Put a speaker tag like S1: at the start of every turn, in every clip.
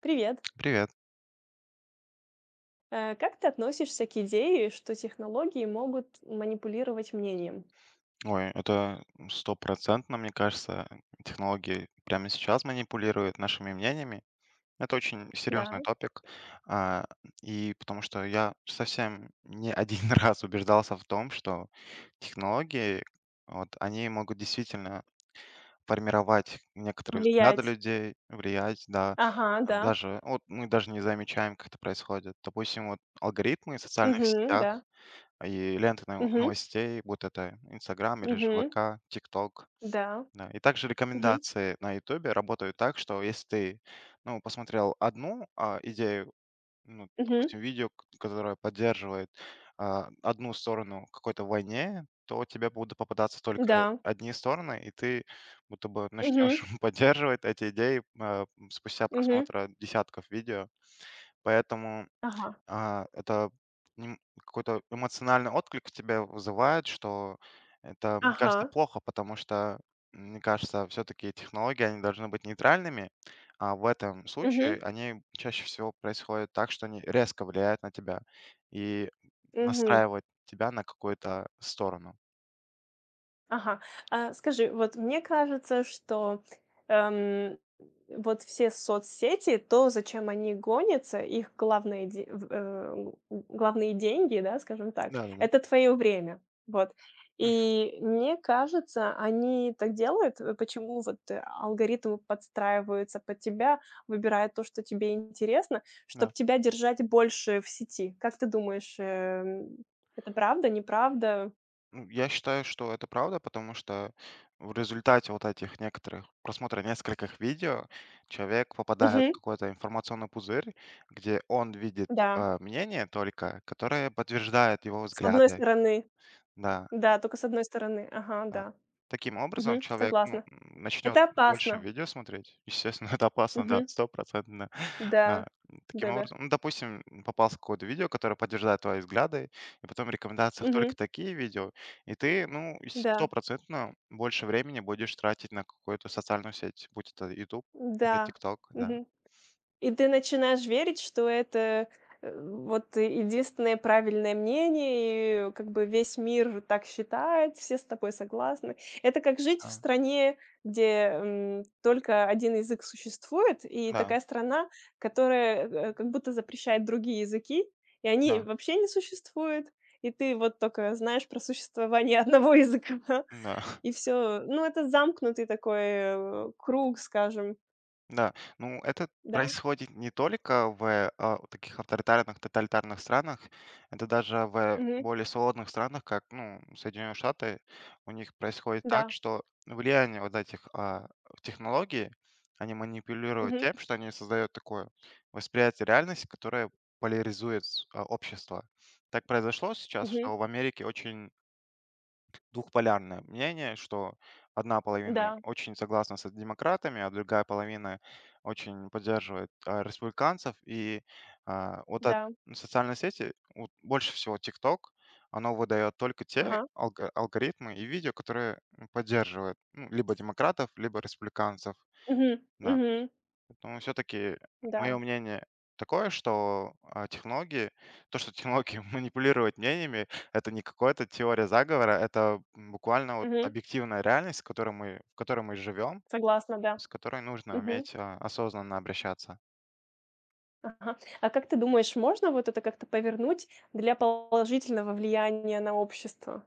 S1: Привет.
S2: Привет.
S1: Как ты относишься к идее, что технологии могут манипулировать мнением?
S2: Ой, это стопроцентно, мне кажется, технологии прямо сейчас манипулируют нашими мнениями. Это очень серьезный
S1: Да.
S2: топик, а, и потому что я совсем не один раз убеждался в том, что технологии, вот, они могут действительно формировать некоторые взгляды
S1: Влиять.
S2: людей, влиять, да,
S1: Ага,
S2: а
S1: да.
S2: даже вот мы даже не замечаем, как это происходит. Допустим, вот алгоритмы в социальных
S1: Угу,
S2: сетях
S1: да.
S2: и ленты
S1: Угу,
S2: новостей, будь это "Инстаграм" или же
S1: угу,
S2: "ВК", "ТикТок".
S1: да.
S2: Да, и также
S1: Угу,
S2: рекомендации на "Ютубе" работают так, что если ты, ну, посмотрел одну идею, ну,
S1: угу,
S2: допустим, видео, к которое поддерживает, одну сторону в какой-то войне, то тебе будут попадаться только
S1: да.
S2: одни стороны, и ты будто бы начнешь
S1: Угу,
S2: поддерживать эти идеи, спустя
S1: угу.
S2: просмотра десятков видео. Поэтому
S1: Ага.
S2: это нем какой-то эмоциональный отклик в тебе вызывает, что это, мне кажется,
S1: Ага.
S2: плохо, потому что, мне кажется, все-таки технологии, они должны быть нейтральными, а в этом случае
S1: Угу,
S2: они чаще всего происходят так, что они резко влияют на тебя и
S1: угу.
S2: настраивают тебя на какую-то сторону.
S1: Ага. А, скажи, вот мне кажется, что, эм, вот все соцсети, то, зачем они гонятся, их главные де в э, г- главные деньги, да, скажем так,
S2: Да-да-да.
S1: это твое время. Вот.
S2: Мгм.
S1: И мне кажется, они так делают, почему вот, алгоритмы подстраиваются под тебя, выбирают то, что тебе интересно, чтобы
S2: Да.
S1: тебя держать больше в сети. Как ты думаешь, это правда, неправда?
S2: Ну, я считаю, что это правда, потому что в результате вот этих некоторых просмотра нескольких видео человек попадает в
S1: Мгм.
S2: какой-то информационный пузырь, где он видит
S1: Да.
S2: мнение только, которое подтверждает его
S1: С одной
S2: взгляды.
S1: стороны,
S2: Да.
S1: да, только с одной стороны. Ага,
S2: А,
S1: да.
S2: Таким образом
S1: Мгм,
S2: человек, ну,
S1: согласна.
S2: начнет
S1: Это
S2: больше
S1: опасно.
S2: видео смотреть. Естественно, это опасно, да,
S1: Мгм.
S2: стопроцентно. А,
S1: Да.
S2: Таким
S1: Да-да.
S2: образом, ну, допустим, попался какое-то видео, которое подтверждает твои взгляды, и потом в рекомендациях
S1: Мгм.
S2: только такие видео, и ты, ну, и
S1: Да.
S2: стопроцентно больше времени будешь тратить на какую-то социальную сеть, будь это YouTube или
S1: Да.
S2: TikTok, да.
S1: Мгм. И ты начинаешь верить, что это, вот единственное правильное мнение, и как бы весь мир так считает, все с тобой согласны. Это как жить в
S2: Да,
S1: стране, где, только один язык существует, и
S2: да,
S1: такая страна, которая, как будто запрещает другие языки, и они
S2: да,
S1: вообще не существуют, и ты вот только знаешь про существование одного языка, да,
S2: да.
S1: и все. Ну, это замкнутый такой, круг, скажем.
S2: Да, ну это
S1: Да.
S2: происходит не только в вот таких авторитарных, тоталитарных странах, это даже в
S1: Мгм.
S2: более свободных странах, как ну, Соединенные Штаты, у них происходит так,
S1: Да.
S2: что влияние вот этих технологий, они манипулируют
S1: Мгм.
S2: тем, что они создают такое восприятие реальности, которое поляризует общество. Так произошло сейчас,
S1: Мгм.
S2: что в Америке очень двухполярное мнение, что одна половина
S1: Да,
S2: очень согласна с демократами, а другая половина очень поддерживает республиканцев. И вот от
S1: да.
S2: социальной сети, вот больше всего TikTok, оно выдает только те
S1: Ага.
S2: алгоритмы и видео, которые поддерживают, ну, либо демократов, либо республиканцев.
S1: Мгм.
S2: Да.
S1: Мгм.
S2: Ну, все-таки мое
S1: Да.
S2: мнение такое, что технологии, то, что технологии манипулируют мнениями, это не какая-то теория заговора, это буквально вот
S1: Мгм.
S2: объективная реальность, в которой мы живем,
S1: Согласна, да.
S2: с которой нужно
S1: Мгм.
S2: уметь осознанно обращаться.
S1: Ага. А как ты думаешь, можно вот это как-то повернуть для положительного влияния на общество?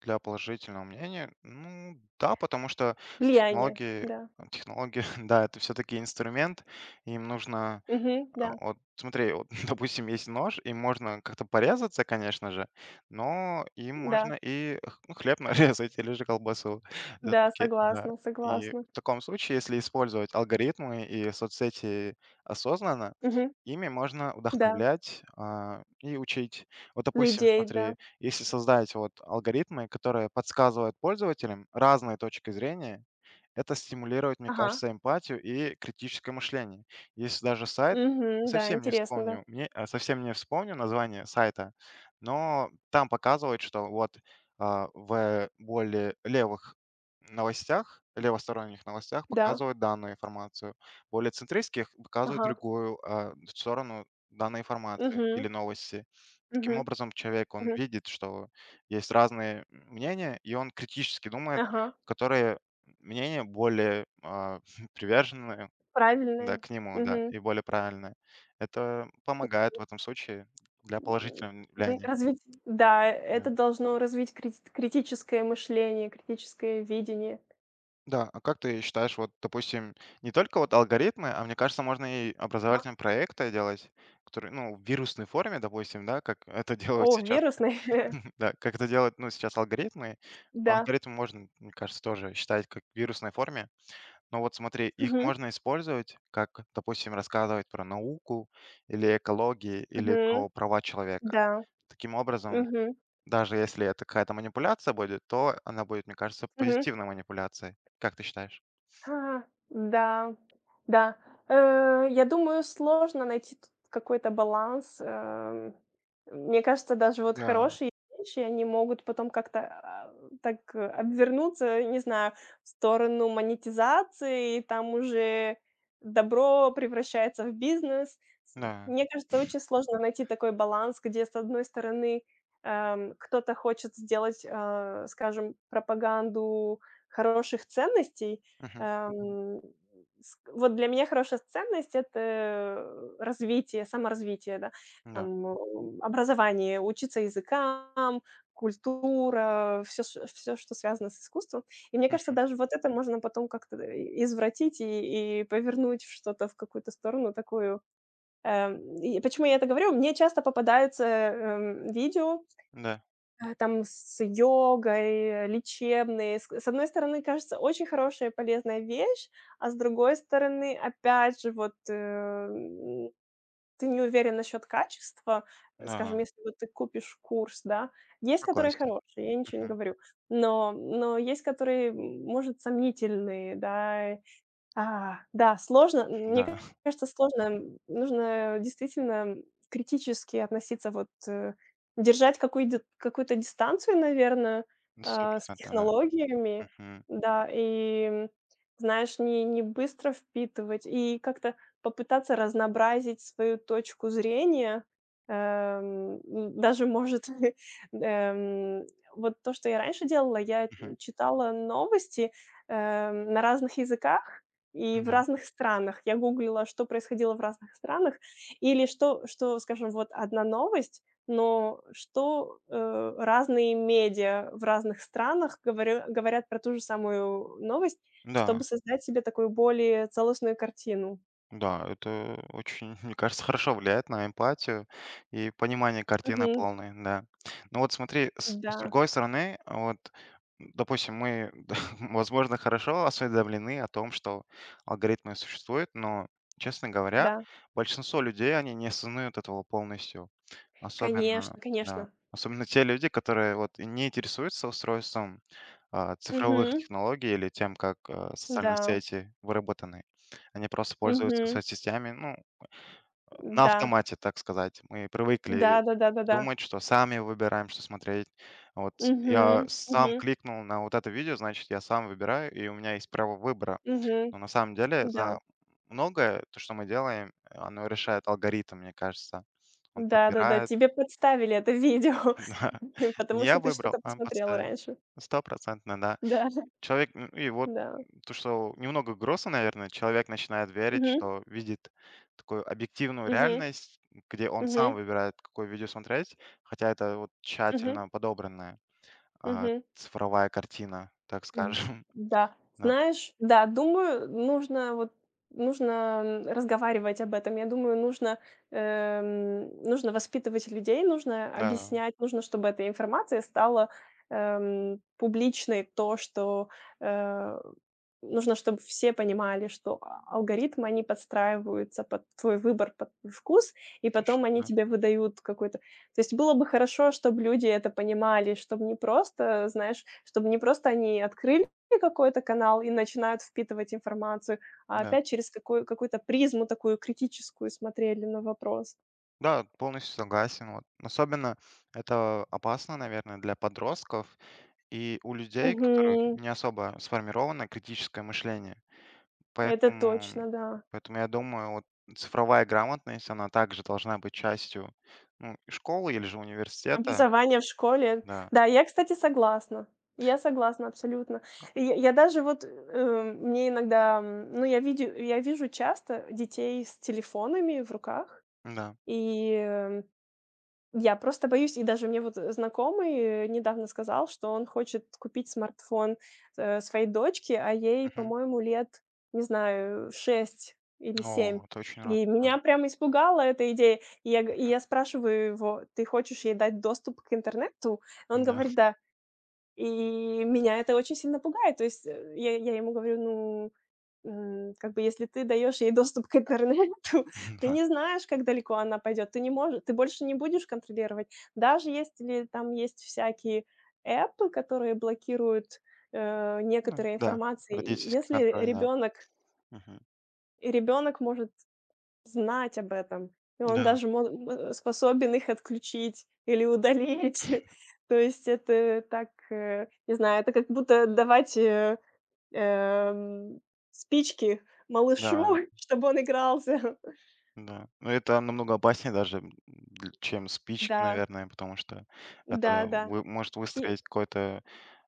S2: Для положительного мнения, ну да, потому что
S1: Влияние,
S2: технологии,
S1: да.
S2: да, это все-таки инструмент, им нужно.
S1: Мгм. Да,
S2: Вот смотри, вот, допустим, есть нож, и можно как-то порезаться, конечно же, но им
S1: да,
S2: можно и ну, хлеб нарезать или же колбасу.
S1: да,
S2: Всё-таки, да.
S1: согласна,
S2: И в
S1: согласна.
S2: таком случае, если использовать алгоритмы и соцсети осознанно,
S1: Мгм.
S2: ими можно
S1: Да,
S2: вдохновлять и учить. Вот, допустим,
S1: людей, да.
S2: смотри, если создать вот алгоритмы, которые подсказывают пользователям разные точки зрения, это стимулирует, мне
S1: Ага.
S2: кажется, эмпатию и критическое мышление. Есть даже сайт,
S1: Мгм. Да, интересно, да.
S2: совсем не вспомню название сайта, но там показывают, что вот в более левых новостях, левосторонних новостях
S1: Да.
S2: показывают данную информацию, более центристских показывают
S1: Ага.
S2: другую сторону данной информации или
S1: Мгм.
S2: новости. Таким
S1: Мгм.
S2: образом, человек, он
S1: Мгм.
S2: видит, что есть разные мнения, и он критически думает,
S1: Ага.
S2: которые мнения более, приверженные, да,
S1: Правильные.
S2: к нему, да,
S1: Мгм.
S2: и более правильные. Это помогает в этом случае для
S1: Мгм.
S2: положительного влияния.
S1: Развить, да,
S2: Да.
S1: это должно развить критическое мышление, критическое видение.
S2: Да, а как ты считаешь, вот, допустим, не только вот алгоритмы, а мне кажется, можно и
S1: Ага.
S2: образовательные проекты делать, которые, ну, в вирусной форме, допустим, да, как это
S1: О,
S2: делают сейчас,
S1: вирусный,
S2: да, как это делают, ну, сейчас алгоритмы.
S1: да.
S2: Алгоритмы можно, мне кажется, тоже считать как в вирусной форме. Но вот смотри, их
S1: Мгм.
S2: можно использовать, как, допустим, рассказывать про науку, или экологию, или
S1: Мгм.
S2: про права человека.
S1: Да.
S2: Таким образом,
S1: Мгм.
S2: даже если это какая-то манипуляция будет, то она будет, мне кажется,
S1: Мгм.
S2: позитивной манипуляцией. Как ты считаешь?
S1: Ага, да, да. Я думаю, сложно найти тут какой-то баланс. Мне кажется, даже вот
S2: Да,
S1: хорошие вещи, они могут потом как-то, так, обвернуться, не знаю, в сторону монетизации, и там уже добро превращается в бизнес. С
S2: да,
S1: Мне кажется, очень сложно найти такой баланс, где, с одной стороны, кто-то хочет сделать, скажем, пропаганду хороших ценностей.
S2: мгм,
S1: Эм, ск вот для меня хорошая ценность — это, развитие, саморазвитие, да,
S2: да,
S1: там, образование, учиться языкам, культура, все, что связано с искусством. И мне кажется,
S2: мгм,
S1: даже вот это можно потом как-то извратить и повернуть в что-то, в какую-то сторону такую. И почему я это говорю? Мне часто попадаются, видео
S2: да,
S1: там с йогой, лечебные. С одной стороны, кажется, очень хорошая и полезная вещь, а с другой стороны, опять же, вот, ты не уверен насчет качества. Скажем,
S2: да,
S1: если вот ты купишь курс, да. Есть которые
S2: согласен,
S1: хорошие, я ничего не
S2: мгм,
S1: говорю, но есть которые, может, сомнительные, да. А, да, сложно. Мне
S2: да,
S1: кажется, сложно. Нужно действительно критически относиться, вот, держать какую-ди какую-то дистанцию, наверное, с
S2: 100%, да,
S1: технологиями.
S2: мгм,
S1: Да, и, знаешь, не быстро впитывать и как-то попытаться разнообразить свою точку зрения. Даже, может, эм, вот то, что я раньше делала, я,
S2: мгм,
S1: читала новости, на разных языках. И в
S2: да,
S1: разных странах. Я гуглила, что происходило в разных странах, или что скажем, вот одна новость, но что, разные медиа в разных странах говорю говорят про ту же самую новость, чтобы
S2: да.
S1: создать себе такую более целостную картину.
S2: Да, это очень, мне кажется, хорошо влияет на эмпатию и понимание картины
S1: Мгм.
S2: полной, да. Ну вот смотри, с,
S1: Да,
S2: с другой стороны, вот, допустим, мы, возможно, хорошо осведомлены о том, что алгоритмы существуют, но, честно говоря,
S1: да.
S2: большинство людей, они не осознают этого полностью. Особенно,
S1: Конечно,
S2: да,
S1: конечно.
S2: особенно те люди, которые вот и не интересуются устройством цифровых
S1: Мгм.
S2: технологий или тем, как социальные
S1: Да.
S2: сети выработаны. Они просто пользуются
S1: Мгм.
S2: соцсетями, ну, на
S1: Да.
S2: автомате, так сказать. Мы привыкли
S1: Да-да-да-да-да.
S2: думать, что сами выбираем, что смотреть. Вот я
S1: Мгм. Мгм.
S2: сам кликнул на вот это видео, значит, я сам выбираю, и у меня есть право выбора.
S1: Мгм.
S2: Но на самом деле
S1: Да.
S2: за многое, то, что мы делаем, оно решает алгоритм, мне кажется. Он
S1: Да-да-да,
S2: подбирает.
S1: тебе подставили это видео,
S2: Да. Не
S1: потому что
S2: я
S1: ты
S2: выбрал,
S1: что-то
S2: а он
S1: посмотрела
S2: подставил.
S1: раньше.
S2: Стопроцентно, да.
S1: Да,
S2: Человек, и вот
S1: да.
S2: то, что немного грустно, наверное, человек начинает верить,
S1: Мгм,
S2: что видит такую объективную
S1: мгм,
S2: реальность, где он сам
S1: мгм,
S2: выбирает, какое видео смотреть, хотя это вот
S1: мгм,
S2: тщательно подобранная, а,
S1: мгм.
S2: цифровая картина, так скажем.
S1: М, да.
S2: Да,
S1: Знаешь, да, думаю, нужно, разговаривать об этом. Я думаю, нужно воспитывать людей, нужно
S2: да,
S1: объяснять, нужно, чтобы эта информация стала, публичной. То, что, э, нужно, чтобы все понимали, что алгоритмы, они подстраиваются под твой выбор, под твой вкус, и потом
S2: точно,
S1: они
S2: да,
S1: тебе выдают какой-то. То есть было бы хорошо, чтобы люди это понимали, чтобы не просто, знаешь, чтобы не просто они открыли какой-то канал и начинают впитывать информацию, а
S2: да.
S1: опять через какую-то призму такую критическую смотрели на вопрос.
S2: Да, полностью согласен. Вот. Особенно это опасно, наверное, для подростков и у людей, у которых
S1: Мгм.
S2: не особо сформировано критическое мышление.
S1: Это
S2: Поэтому
S1: точно, да.
S2: поэтому я думаю, вот цифровая грамотность, она также должна быть частью, ну, и школы или же университета.
S1: Образование в школе.
S2: Да,
S1: Да, я, кстати, согласна. Я согласна абсолютно. И я даже вот, мне иногда, ну, я вижу часто детей с телефонами в руках,
S2: да.
S1: и я просто боюсь, и даже мне вот знакомый недавно сказал, что он хочет купить смартфон, своей дочке, а ей,
S2: Мгм.
S1: по-моему, лет, не знаю, 6 или 7.
S2: О, это очень рад,
S1: И
S2: да.
S1: меня прямо испугала эта идея. И я г и я спрашиваю его: «Ты хочешь ей дать доступ к интернету?» Он
S2: Да.
S1: говорит: «Да». И меня это очень сильно пугает. То есть, я ему говорю: «Ну, как бы если ты даешь ей доступ к интернету, ты
S2: Да.
S1: не знаешь, как далеко она пойдет. Ты не можешь, ты больше не будешь контролировать. Даже если там есть всякие эпы, которые блокируют,
S2: Ну
S1: некоторые
S2: да,
S1: информации, и
S2: родительский
S1: если
S2: контроль, да.
S1: ребенок,
S2: Мгм.
S1: и ребёнок может знать об этом, и он
S2: Да,
S1: даже способен их отключить или удалить. То есть это так, не знаю, это как будто давать, Эм, спички малышу,
S2: да,
S1: чтобы он игрался».
S2: да. Но это намного опаснее даже, м, дл чем спички,
S1: Да,
S2: наверное, потому что это
S1: да-да.
S2: вы может
S1: И
S2: выстроить какое-то,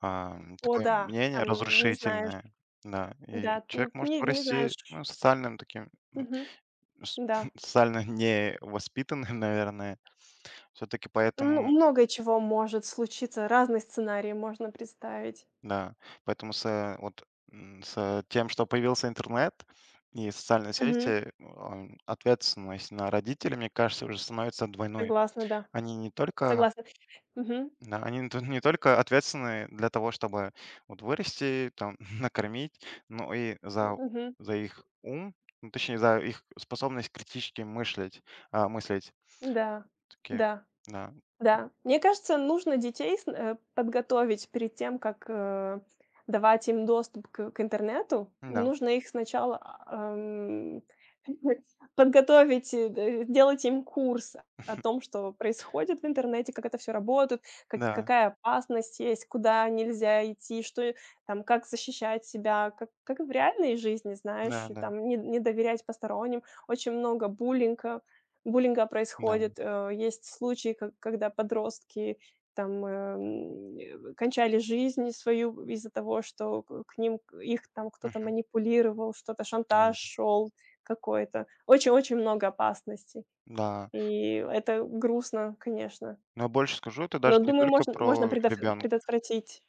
S1: о
S2: такое
S1: да,
S2: мнение
S1: там не знаешь,
S2: разрушительное. Да,
S1: да,
S2: и
S1: н
S2: человек может
S1: не не
S2: вырасти,
S1: знаешь.
S2: ну, социальным таким
S1: Мгм,
S2: С
S1: да.
S2: социально не воспитанным, наверное. Все таки
S1: Ну,
S2: поэтому,
S1: много чего может случиться, разные сценарии можно представить.
S2: да, поэтому вот, с тем, что появился интернет и социальные
S1: Мгм,
S2: сети, ответственность на родителей, мне кажется, уже становится двойной.
S1: согласна, да,
S2: Они не только
S1: согласна. Мгм,
S2: да, они тут не только ответственны для того, чтобы вот вырасти, там, накормить, но и за
S1: мгм,
S2: за их ум, ну, точнее, за их способность критически мыслить.
S1: да,
S2: Такие
S1: да.
S2: Да,
S1: Да, мне кажется, нужно детей подготовить перед тем, как, давать им доступ к интернету.
S2: да,
S1: Нужно их сначала, подготовить, э, д сделать им курс о том, что происходит в интернете, как это все работает,
S2: да.
S1: какая опасность есть, куда нельзя идти, что и там, как защищать себя, как и в реальной жизни, знаешь,
S2: Да,
S1: и
S2: да,
S1: там не доверять посторонним. Очень много буллинга. Буллинга
S2: да.
S1: происходит. Э, есть случаи, ко когда подростки там, кончали жизнь свою из-за того, что их там кто-то
S2: Мгм.
S1: манипулировал, что-то
S2: Ну
S1: шантаж шел, какой-то. Очень-очень много опасностей,
S2: да.
S1: и это грустно, конечно.
S2: Но больше скажу, это
S1: Но,
S2: даже не
S1: думаю,
S2: только
S1: можно
S2: про
S1: предот
S2: ребенка.
S1: предотвратить.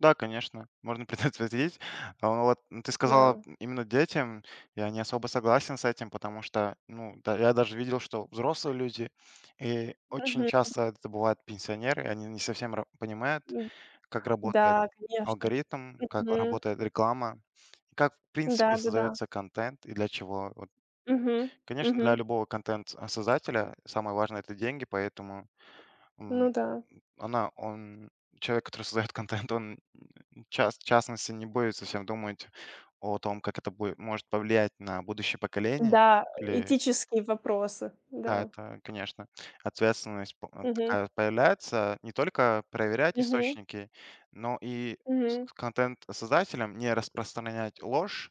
S2: Да, конечно, можно предотвратить. А вот, ну, ты сказала
S1: Да.
S2: именно детям, я не особо согласен с этим, потому что, ну да, я даже видел, что взрослые люди, и очень
S1: Мгм.
S2: часто это бывают пенсионеры, и они не совсем ра понимают,
S1: М,
S2: как работает
S1: да, конечно.
S2: алгоритм, как
S1: Мгм.
S2: работает реклама и как, в принципе,
S1: Да-да-да.
S2: создается контент и для чего.
S1: Мгм.
S2: Конечно, для
S1: Мгм.
S2: любого контент-создателя самое важное это деньги, поэтому
S1: Ну
S2: м,
S1: да.
S2: он, человек, который создает контент, он м, в частности, не будет совсем думать о том, как это будет, может повлиять на будущее поколение
S1: Да,
S2: или.
S1: этические вопросы,
S2: Да,
S1: да.
S2: это, конечно, ответственность
S1: Мгм,
S2: такая появляется. Не только проверять
S1: мгм,
S2: источники, но и с
S1: мгм,
S2: с контент-создателям не распространять ложь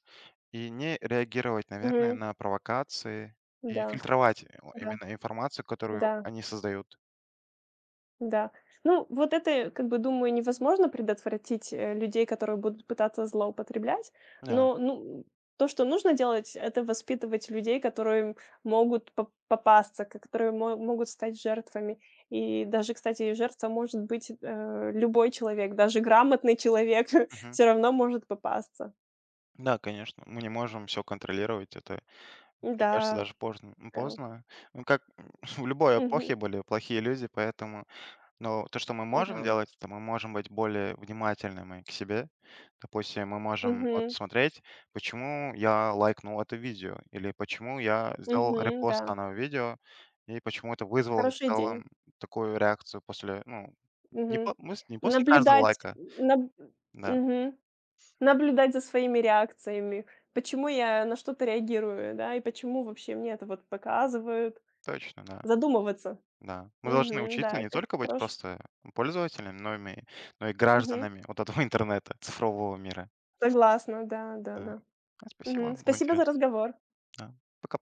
S2: и не реагировать, наверное,
S1: мгм.
S2: на провокации и
S1: Да,
S2: фильтровать, э, о
S1: да,
S2: именно информацию, которую
S1: да,
S2: они создают.
S1: да. Ну, вот это, как бы, думаю, невозможно предотвратить, людей, которые будут пытаться злоупотреблять.
S2: Да.
S1: Но, ну, то, что нужно делать — это воспитывать людей, которые могут попасться, ко которые мо могут стать жертвами. И даже, кстати, жертва может быть, любой человек, даже грамотный человек
S2: Мгм.
S1: все равно может попасться.
S2: Да, конечно, мы не можем все контролировать. Это, мне кажется,
S1: Да,
S2: даже поздно
S1: да.
S2: поздно. Ну, как в любой
S1: Мгм.
S2: эпохе были плохие люди, поэтому но то, что мы можем
S1: Да.
S2: делать, это мы можем быть более внимательными к себе. Допустим, мы можем
S1: Мгм.
S2: отсмотреть, почему я лайкнул это видео, или почему я сделал
S1: Мгм. Да.
S2: репост данного видео, и почему это вызвало в
S1: Хорошая идея.
S2: целом такую реакцию после, ну, не,
S1: Мгм.
S2: по- мы с- не после каждого
S1: Наблюдать
S2: лайка.
S1: наб
S2: Да,
S1: мгм. Наблюдать за своими реакциями. Почему я на что-то реагирую, да, и почему вообще мне это вот показывают.
S2: точно, да.
S1: Задумываться.
S2: Да. Мы должны
S1: Мгм.
S2: учиться
S1: Да,
S2: не
S1: это
S2: только быть
S1: хорош.
S2: просто пользователями, но и
S1: Мгм.
S2: гражданами вот этого интернета, цифрового мира.
S1: Согласна, да,
S2: Да.
S1: да-да. Мгм.
S2: Спасибо, было
S1: Спасибо за
S2: интересно.
S1: разговор.
S2: Да. Пока.